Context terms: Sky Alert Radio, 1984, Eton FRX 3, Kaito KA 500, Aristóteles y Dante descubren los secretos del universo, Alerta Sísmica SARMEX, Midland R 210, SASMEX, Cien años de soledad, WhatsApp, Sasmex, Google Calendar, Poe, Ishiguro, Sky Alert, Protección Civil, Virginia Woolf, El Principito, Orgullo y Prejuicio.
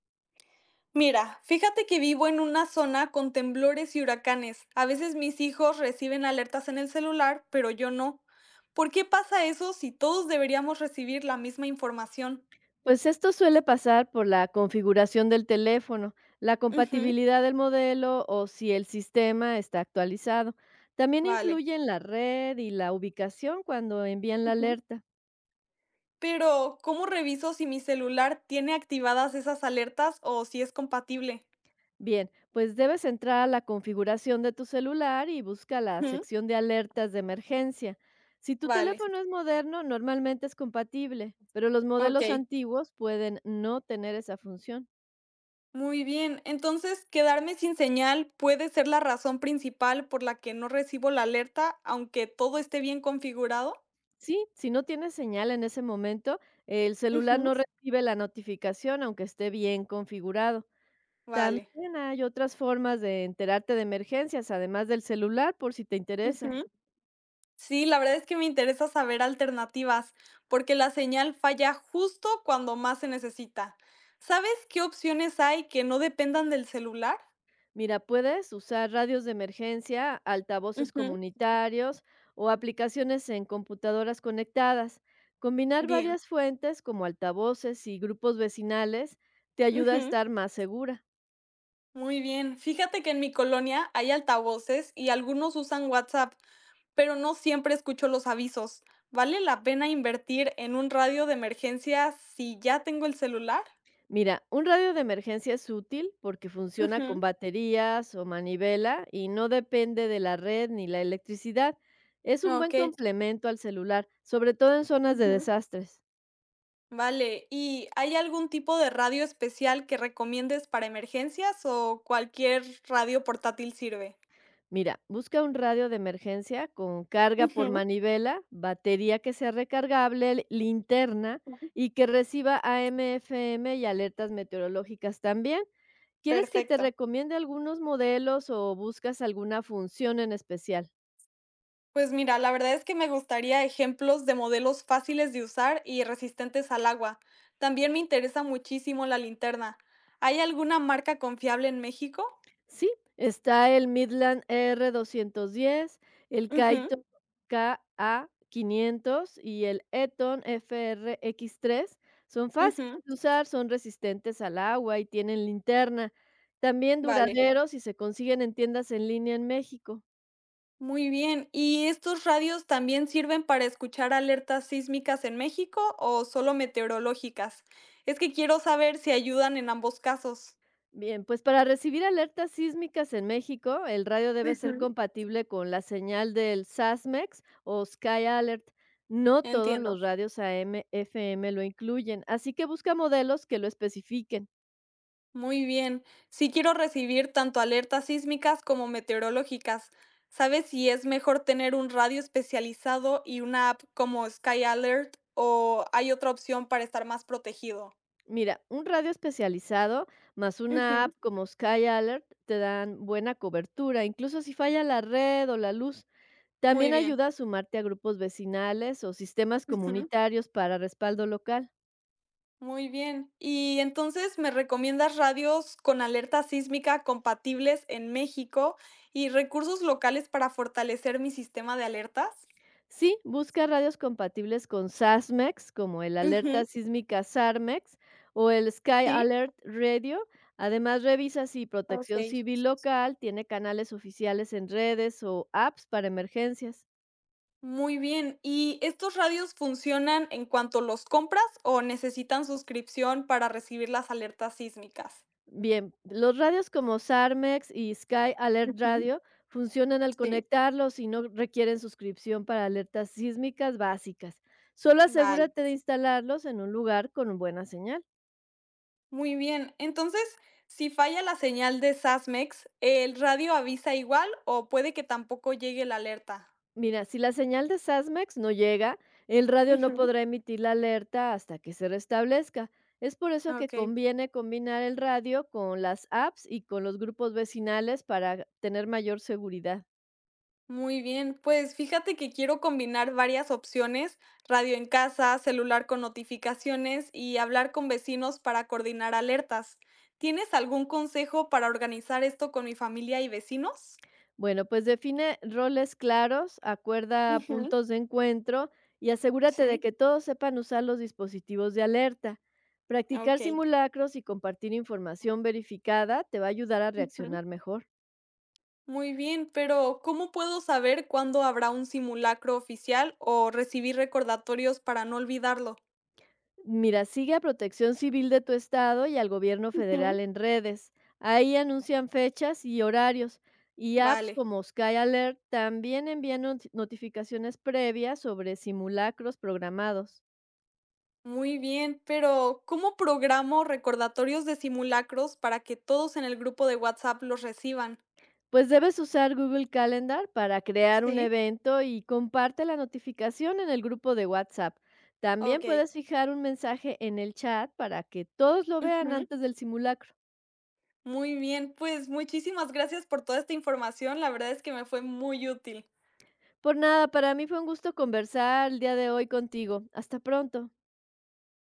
Mira, fíjate que vivo en una zona con temblores y huracanes. A veces mis hijos reciben alertas en el celular, pero yo no. ¿Por qué pasa eso si todos deberíamos recibir la misma información? Pues esto suele pasar por la configuración del teléfono, la Ujú, compatibilidad del modelo o si el sistema está actualizado. También vale. influyen la red y la ubicación cuando envían la Ujú. alerta. Pero, ¿cómo reviso si mi celular tiene activadas esas alertas o si es compatible? Bien, pues debes entrar a la configuración de tu celular y busca la Ujú, sección de alertas de emergencia. Si tu vale. teléfono es moderno, normalmente es compatible, pero los Ok. modelos antiguos pueden no tener esa función. Muy bien. Entonces, quedarme sin señal puede ser la razón principal por la que no recibo la alerta, aunque todo esté bien configurado. Sí, si no tienes señal en ese momento, el celular no recibe la notificación aunque esté bien configurado. Vale. También hay otras formas de enterarte de emergencias, además del celular, por si te interesa. Ujú. Sí, la verdad es que me interesa saber alternativas, porque la señal falla justo cuando más se necesita. ¿Sabes qué opciones hay que no dependan del celular? Mira, puedes usar radios de emergencia, altavoces Ujú. comunitarios o aplicaciones en computadoras conectadas. Combinar Bien. varias fuentes como altavoces y grupos vecinales te ayuda a Ujú. estar más segura. Muy bien. Fíjate que en mi colonia hay altavoces y algunos usan WhatsApp, pero no siempre escucho los avisos. ¿Vale la pena invertir en un radio de emergencia si ya tengo el celular? Mira, un radio de emergencia es útil porque funciona con Ujú. baterías o manivela y no depende de la red ni la electricidad. Es un buen Ok. complemento al celular, sobre todo en zonas de desastres. Vale, ¿y hay algún tipo de radio especial que recomiendes para emergencias o cualquier radio portátil sirve? Mira, busca un radio de emergencia con carga por Ujú, manivela, batería que sea recargable, linterna ujú. y que reciba AM/FM y alertas meteorológicas también. ¿Quieres que te Perfecto. recomiende algunos modelos o buscas alguna función en especial? Pues mira, la verdad es que me gustaría ejemplos de modelos fáciles de usar y resistentes al agua. También me interesa muchísimo la linterna. ¿Hay alguna marca confiable en México? Sí, está el Midland r 210, el Ujú, Kaito ka 500 y el Eton FRX3. Son fáciles ujú. de usar, son resistentes al agua y tienen linterna. También Vale. duraderos y se consiguen en tiendas en línea en México. Muy bien. ¿Y estos radios también sirven para escuchar alertas sísmicas en México o solo meteorológicas? Es que quiero saber si ayudan en ambos casos. Bien, pues para recibir alertas sísmicas en México, el radio debe ser Ujú. compatible con la señal del SASMEX o Sky Alert. No todos Entiendo. los radios AM, FM lo incluyen, así que busca modelos que lo especifiquen. Muy bien. Si quiero recibir tanto alertas sísmicas como meteorológicas, ¿sabes si es mejor tener un radio especializado y una app como Sky Alert o hay otra opción para estar más protegido? Mira, un radio especializado más una Ujú. app como Sky Alert te dan buena cobertura, incluso si falla la red o la luz. Muy También bien. ayuda a sumarte a grupos vecinales o sistemas Ujú. comunitarios para respaldo local. Muy bien. Y entonces, ¿me recomiendas radios con alerta sísmica compatibles en México y recursos locales para fortalecer mi sistema de alertas? Sí, busca radios compatibles con SASMEX, como el Ujú, Alerta Sísmica SARMEX o el Sky sí, Alert Radio. Además, revisa si ok. Protección Civil local tiene canales oficiales en redes o apps para emergencias. Muy bien. ¿Y estos radios funcionan en cuanto los compras o necesitan suscripción para recibir las alertas sísmicas? Bien, los radios como SARMEX y Sky Alert Ujú, Radio funcionan al sí. conectarlos y no requieren suscripción para alertas sísmicas básicas. Solo Vale. asegúrate de instalarlos en un lugar con buena señal. Muy bien. Entonces, si falla la señal de Sasmex, ¿el radio avisa igual o puede que tampoco llegue la alerta? Mira, si la señal de SASMEX no llega, el radio no Ujú, podrá emitir la alerta hasta que se restablezca. Es por eso que okey, conviene combinar el radio con las apps y con los grupos vecinales para tener mayor seguridad. muy bien. Pues, fíjate que quiero combinar varias opciones, radio en casa, celular con notificaciones y hablar con vecinos para coordinar alertas. ¿Tienes algún consejo para organizar esto con mi familia y vecinos? Bueno, pues define roles claros, acuerda Ujú, puntos de encuentro y asegúrate de sí. que todos sepan usar los dispositivos de alerta. Practicar Okey. simulacros y compartir información verificada te va a ayudar a Ujú. reaccionar mejor. Muy bien, pero ¿cómo puedo saber cuándo habrá un simulacro oficial o recibir recordatorios para no olvidarlo? Mira, sigue a Protección Civil de tu estado y al gobierno Ujú. federal en redes. Ahí anuncian fechas y horarios. Y apps Vale. como Sky Alert también envían notificaciones previas sobre simulacros programados. Muy bien, pero ¿cómo programo recordatorios de simulacros para que todos en el grupo de WhatsApp los reciban? Pues debes usar Google Calendar para crear un Sí. evento y comparte la notificación en el grupo de WhatsApp. También Ok. puedes fijar un mensaje en el chat para que todos lo vean Ujú. antes del simulacro. Muy bien, pues muchísimas gracias por toda esta información. La verdad es que me fue muy útil. Por nada, para mí fue un gusto conversar el día de hoy contigo. Hasta pronto.